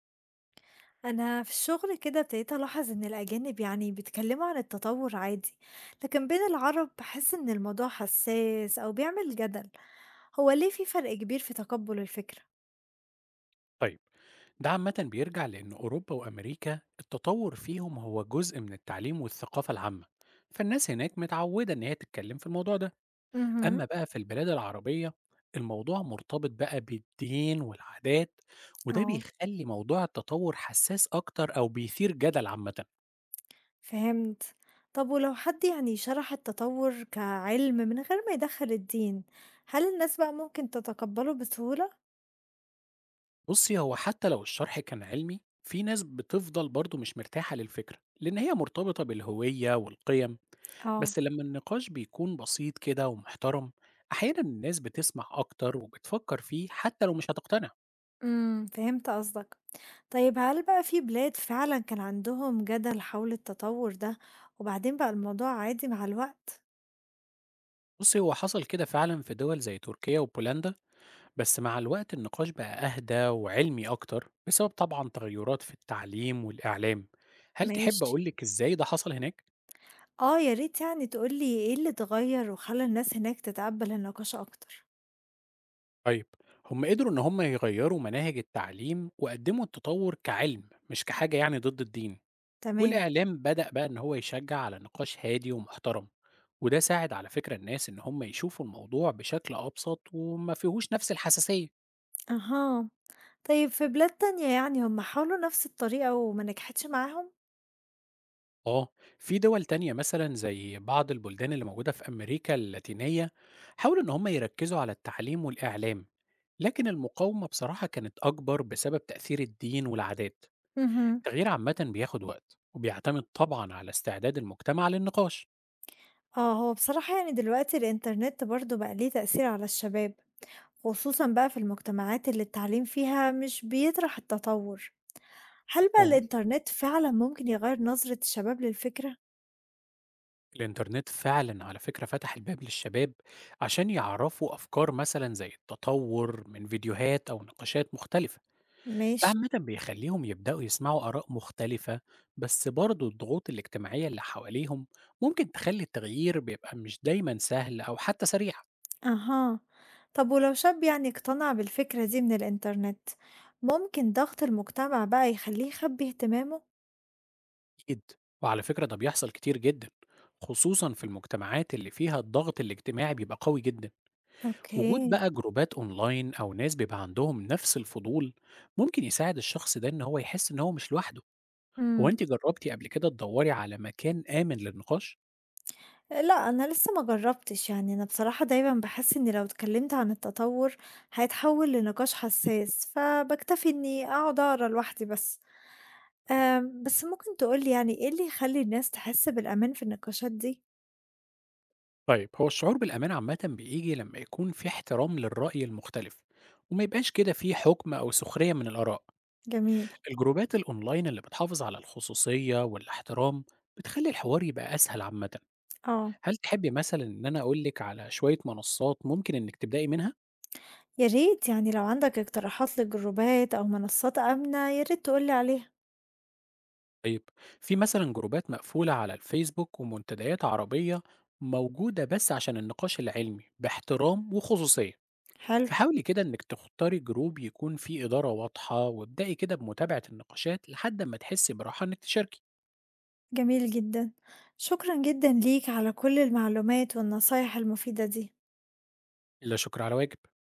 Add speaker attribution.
Speaker 1: أنا في الشغل كده ابتديت ألاحظ إن الأجانب يعني بيتكلموا عن التطور عادي، لكن بين العرب بحس إن الموضوع حساس أو بيعمل جدل. هو ليه في فرق كبير في تقبل الفكرة؟
Speaker 2: طيب، ده عامة بيرجع لأن أوروبا وأمريكا التطور فيهم هو جزء من التعليم والثقافة العامة. فالناس هناك متعودة إن هي تتكلم في الموضوع ده.
Speaker 1: امم
Speaker 2: أما بقى في البلاد العربية، الموضوع مرتبط بقى بالدين والعادات، وده
Speaker 1: اه،
Speaker 2: بيخلي موضوع التطور حساس أكتر أو بيثير جدل عامة.
Speaker 1: فهمت. طب ولو حد يعني شرح التطور كعلم من غير ما يدخل الدين، هل الناس بقى ممكن تتقبله بسهولة؟
Speaker 2: بصي، هو حتى لو الشرح كان علمي، في ناس بتفضل برضو مش مرتاحة للفكرة لأن هي مرتبطة بالهوية والقيم.
Speaker 1: اه.
Speaker 2: بس لما النقاش بيكون بسيط كده ومحترم، أحيانا الناس بتسمع أكتر وبتفكر فيه حتى لو مش هتقتنع.
Speaker 1: فهمت قصدك. طيب هل بقى في بلاد فعلًا كان عندهم جدل حول التطوّر ده، وبعدين بقى الموضوع عادي مع الوقت؟
Speaker 2: بصي، هو حصل كده فعلا في دول زي تركيا وبولندا، بس مع الوقت النقاش بقى أهدى وعلمي أكتر بسبب طبعا تغيرات في التعليم والإعلام. هل تحب
Speaker 1: ماشي.
Speaker 2: أقولك إزاي ده حصل هناك؟
Speaker 1: آه، يا ريت يعني تقول لي إيه اللي اتغيّر وخلّى الناس هناك تتقبّل النقاش أكتر.
Speaker 2: طيب، هم قدروا إن هم يغيروا مناهج التعليم وقدموا التطور كعلم مش كحاجة يعني ضد الدين.
Speaker 1: تمام.
Speaker 2: والإعلام بدأ بقى إن هو يشجع على نقاش هادي ومحترم، وده ساعد على فكرة الناس إن هم يشوفوا الموضوع بشكل أبسط وما فيهوش نفس الحساسية.
Speaker 1: أها. طيب في بلاد تانية يعني هم حاولوا نفس الطريقة وما نجحتش معاهم؟
Speaker 2: آه، في دول تانية مثلا زي بعض البلدان اللي موجودة في أمريكا اللاتينية حاولوا إن هم يركزوا على التعليم والإعلام، لكن المقاومة بصراحة كانت أكبر بسبب تأثير الدين والعادات.
Speaker 1: اهم.
Speaker 2: التغيير عامة بياخد وقت وبيعتمد طبعا على استعداد المجتمع للنقاش.
Speaker 1: آه، هو بصراحة يعني دلوقتي الإنترنت برضه بقى ليه تأثير على الشباب، خصوصًا بقى في المجتمعات اللي التعليم فيها مش بيطرح التطور. هل بقى
Speaker 2: مفهوم.
Speaker 1: الإنترنت فعلًا ممكن يغيّر نظرة الشباب للفكرة؟
Speaker 2: الإنترنت فعلا على فكرة فتح الباب للشباب عشان يعرفوا أفكار مثلا زي التطور من فيديوهات أو نقاشات مختلفة. ده
Speaker 1: ماشي.
Speaker 2: عامة بيخليهم يبدأوا يسمعوا آراء مختلفة، بس برضو الضغوط الاجتماعية اللي حواليهم ممكن تخلي التغيير بيبقى مش دايما سهل أو حتى سريع.
Speaker 1: أها. طب ولو شاب يعني اقتنع بالفكرة دي من الإنترنت، ممكن ضغط المجتمع بقى يخلّيه يخبّي اهتمامه؟
Speaker 2: أكيد، وعلى فكرة ده بيحصل كتير جدا، خصوصا في المجتمعات اللي فيها الضغط الاجتماعي بيبقى قوي جدا. وجود
Speaker 1: أوكي.
Speaker 2: بقى جروبات اونلاين او ناس بيبقى عندهم نفس الفضول ممكن يساعد الشخص ده ان هو يحس ان هو مش لوحده. هو
Speaker 1: إمم.
Speaker 2: انت جربتي قبل كده تدوري على مكان امن للنقاش؟
Speaker 1: لأ، أنا لسه ما جرّبتش، يعني أنا بصراحة دايمًا باحس إني لو اتكلّمت عن التطور هيتحوّل لنقاش حساس، فباكتفي إني أقعد أقرا لوحدي بس. بس ممكن تقول لي يعني إيه اللي يخلّي الناس تحس بالأمان في النقاشات دي؟
Speaker 2: طيب، هو الشعور بالامان عامه بيجي لما يكون في احترام للراي المختلف، وما يبقاش كده في حكم او سخريه من الاراء.
Speaker 1: جميل.
Speaker 2: الجروبات الاونلاين اللي بتحافظ على الخصوصيه والاحترام بتخلي الحوار يبقى اسهل عامه.
Speaker 1: آه.
Speaker 2: هل تحبي مثلا ان انا اقولك على شويه منصات ممكن انك تبداي منها؟
Speaker 1: يا ريت يعني لو عندك اقتراحات لجروبات أو منصات آمنة، يا ريت تقول لي عليها.
Speaker 2: طيب، في مثلا جروبات مقفولة على الفيسبوك ومنتديات عربية موجودة بس عشان النقاش العلمي باحترام وخصوصية.
Speaker 1: حلو.
Speaker 2: فحاولي كده انك تختاري جروب يكون فيه إدارة واضحة، وابدأي كده بمتابعة النقاشات لحد ما تحسي براحة انك تشاركي.
Speaker 1: جميل جدًا. شكرًا جدًا ليك على كل المعلومات والنصايح المفيدة دي.
Speaker 2: لا شكر على واجب.